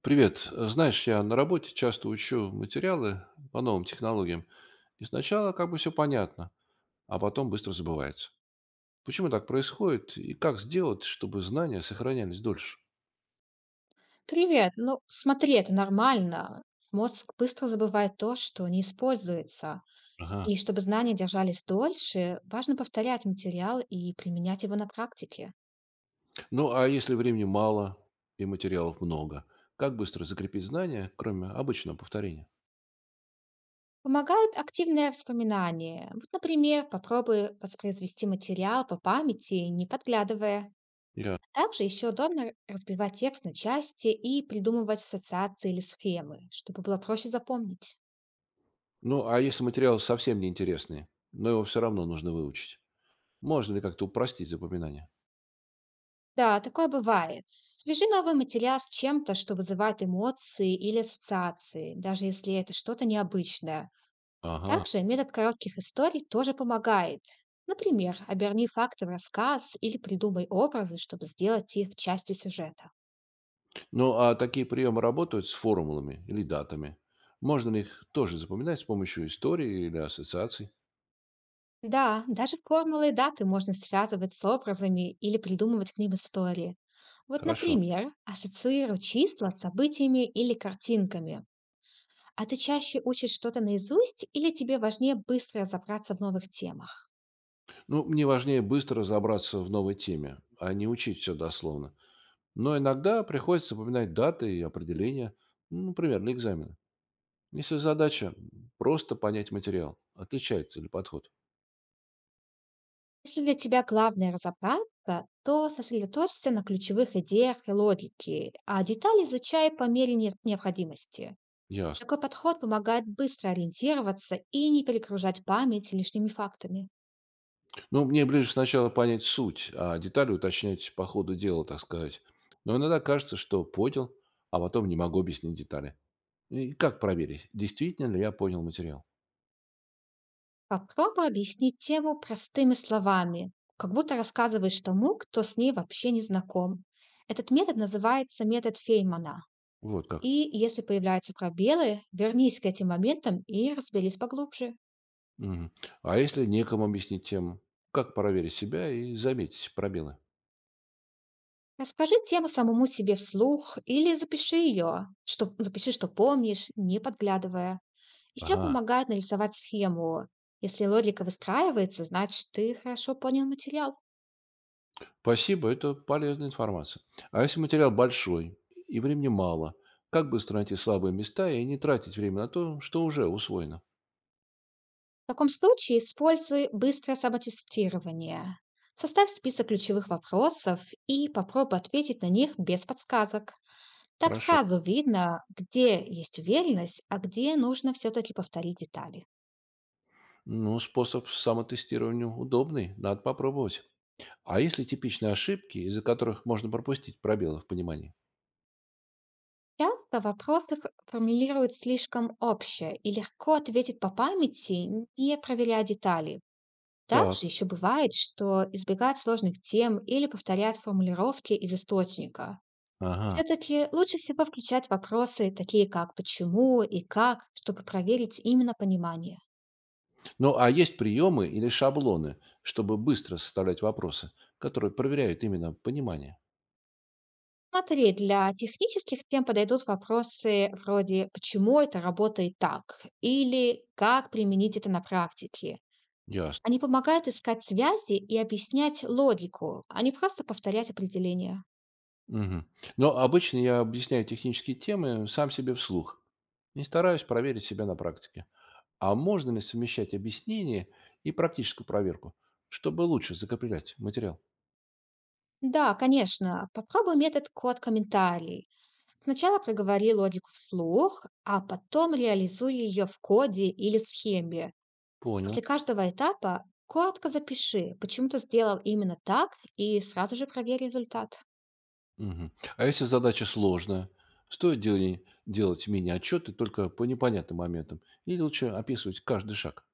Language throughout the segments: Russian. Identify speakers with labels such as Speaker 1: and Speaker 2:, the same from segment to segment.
Speaker 1: Привет. Знаешь, я на работе часто учу материалы по новым технологиям. И сначала все понятно, а потом быстро забывается. Почему так происходит и как сделать, чтобы знания сохранялись дольше?
Speaker 2: Привет. Ну, смотри, это нормально. Мозг быстро забывает то, что не используется.
Speaker 1: Ага.
Speaker 2: И чтобы знания держались дольше, важно повторять материал и применять его на практике.
Speaker 1: Ну, а если времени мало и материалов много, как быстро закрепить знания, кроме обычного повторения?
Speaker 2: Помогает активное вспоминание. Вот, например, попробуй воспроизвести материал по памяти, не подглядывая.
Speaker 1: Я.
Speaker 2: Также еще удобно разбивать текст на части и придумывать ассоциации или схемы, чтобы было проще запомнить.
Speaker 1: Ну, а если материал совсем неинтересный, но его все равно нужно выучить, можно ли как-то упростить запоминание?
Speaker 2: Да, такое бывает. Свяжи новый материал с чем-то, что вызывает эмоции или ассоциации, даже если это что-то необычное.
Speaker 1: Ага.
Speaker 2: Также метод коротких историй тоже помогает. Например, оберни факты в рассказ или придумай образы, чтобы сделать их частью сюжета.
Speaker 1: Ну, а такие приемы работают с формулами или датами? Можно ли их тоже запоминать с помощью истории или ассоциаций?
Speaker 2: Да, даже формулы и даты можно связывать с образами или придумывать к ним истории. Вот,
Speaker 1: Хорошо.
Speaker 2: например, ассоциируй числа с событиями или картинками. А ты чаще учишь что-то наизусть или тебе важнее быстро разобраться в новых темах?
Speaker 1: Ну, мне важнее быстро разобраться в новой теме, а не учить все дословно. Но иногда приходится запоминать даты и определения, ну, например, для экзамена. Если задача просто понять материал, отличается ли подход?
Speaker 2: Если для тебя главное разобраться, то сосредоточься на ключевых идеях и логике, а детали изучай по мере необходимости.
Speaker 1: Ясно.
Speaker 2: Такой подход помогает быстро ориентироваться и не перегружать память лишними фактами.
Speaker 1: Ну, мне ближе сначала понять суть, а детали уточнять по ходу дела, так сказать. Но иногда кажется, что понял, а потом не могу объяснить детали. И как проверить, действительно ли я понял материал?
Speaker 2: Попробуй объяснить тему простыми словами, как будто рассказываешь тому, кто с ней вообще не знаком. Этот метод называется метод Феймана.
Speaker 1: Вот как.
Speaker 2: И если появляются пробелы, вернись к этим моментам и разберись поглубже.
Speaker 1: Мгм. А если некому объяснить тему? Как проверить себя и заметить пробелы?
Speaker 2: Расскажи тему самому себе вслух или запиши ее, запиши, что помнишь, не подглядывая. Еще
Speaker 1: Ага.
Speaker 2: помогает нарисовать схему. Если логика выстраивается, значит, ты хорошо понял материал.
Speaker 1: Спасибо, это полезная информация. А если материал большой и времени мало, как быстро найти слабые места и не тратить время на то, что уже усвоено?
Speaker 2: В таком случае используй быстрое самотестирование. Составь список ключевых вопросов и попробуй ответить на них без подсказок. Так
Speaker 1: Хорошо.
Speaker 2: сразу видно, где есть уверенность, а где нужно все-таки повторить детали.
Speaker 1: Ну, способ самотестирования удобный, надо попробовать. А если типичные ошибки, из-за которых можно пропустить пробелы в понимании?
Speaker 2: Часто вопросы их формулируют слишком общее и легко ответить по памяти, не проверяя детали. Также
Speaker 1: Так.
Speaker 2: еще бывает, что избегают сложных тем или повторяют формулировки из источника.
Speaker 1: Ага.
Speaker 2: Все-таки лучше всего включать вопросы такие как «почему» и «как», чтобы проверить именно понимание.
Speaker 1: Ну, а есть приемы или шаблоны, чтобы быстро составлять вопросы, которые проверяют именно понимание?
Speaker 2: Смотри, для технических тем подойдут вопросы вроде «почему это работает так?» или «как применить это на практике?».
Speaker 1: Ясно.
Speaker 2: Они помогают искать связи и объяснять логику, а не просто повторять определения.
Speaker 1: Мгм. Но обычно я объясняю технические темы сам себе вслух и стараюсь проверить себя на практике. А можно ли совмещать объяснение и практическую проверку, чтобы лучше закреплять материал?
Speaker 2: Да, конечно, попробуй метод код комментарий. Сначала проговори логику вслух, а потом реализуй ее в коде или схеме.
Speaker 1: Понял.
Speaker 2: После каждого этапа коротко запиши, почему ты сделал именно так, и сразу же проверь результат.
Speaker 1: Мгм. А если задача сложная, стоит дел- делать мини-отчеты только по непонятным моментам или лучше описывать каждый шаг?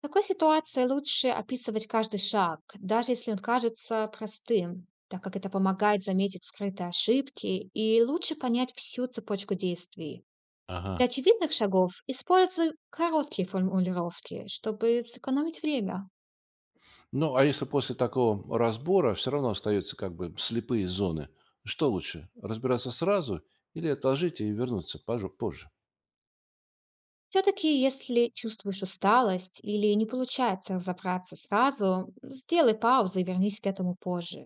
Speaker 2: В такой ситуации лучше описывать каждый шаг, даже если он кажется простым, так как это помогает заметить скрытые ошибки и лучше понять всю цепочку действий.
Speaker 1: Ага.
Speaker 2: Для очевидных шагов используй короткие формулировки, чтобы сэкономить время.
Speaker 1: Ну, а если после такого разбора все равно остаются слепые зоны, что лучше, разбираться сразу или отложить и вернуться позже?
Speaker 2: Все-таки, если чувствуешь усталость или не получается разобраться сразу, сделай паузу и вернись к этому позже.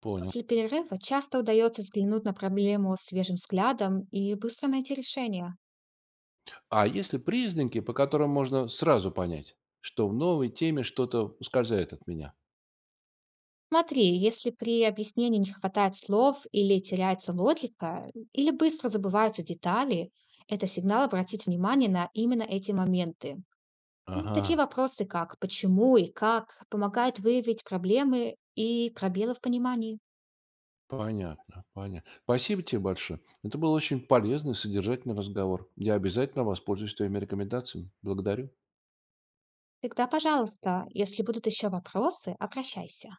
Speaker 1: Понял.
Speaker 2: После перерыва часто удается взглянуть на проблему свежим взглядом и быстро найти решение.
Speaker 1: А есть ли признаки, по которым можно сразу понять, что в новой теме что-то ускользает от меня?
Speaker 2: Смотри, если при объяснении не хватает слов или теряется логика, или быстро забываются детали, это сигнал обратить внимание на именно эти моменты. И
Speaker 1: Ага,
Speaker 2: такие вопросы, как почему и как, помогают выявить проблемы и пробелы в понимании.
Speaker 1: понятно, понятно. Спасибо тебе большое. Это был очень полезный, содержательный разговор. Я обязательно воспользуюсь твоими рекомендациями. Благодарю.
Speaker 2: Тогда, пожалуйста, если будут еще вопросы, обращайся.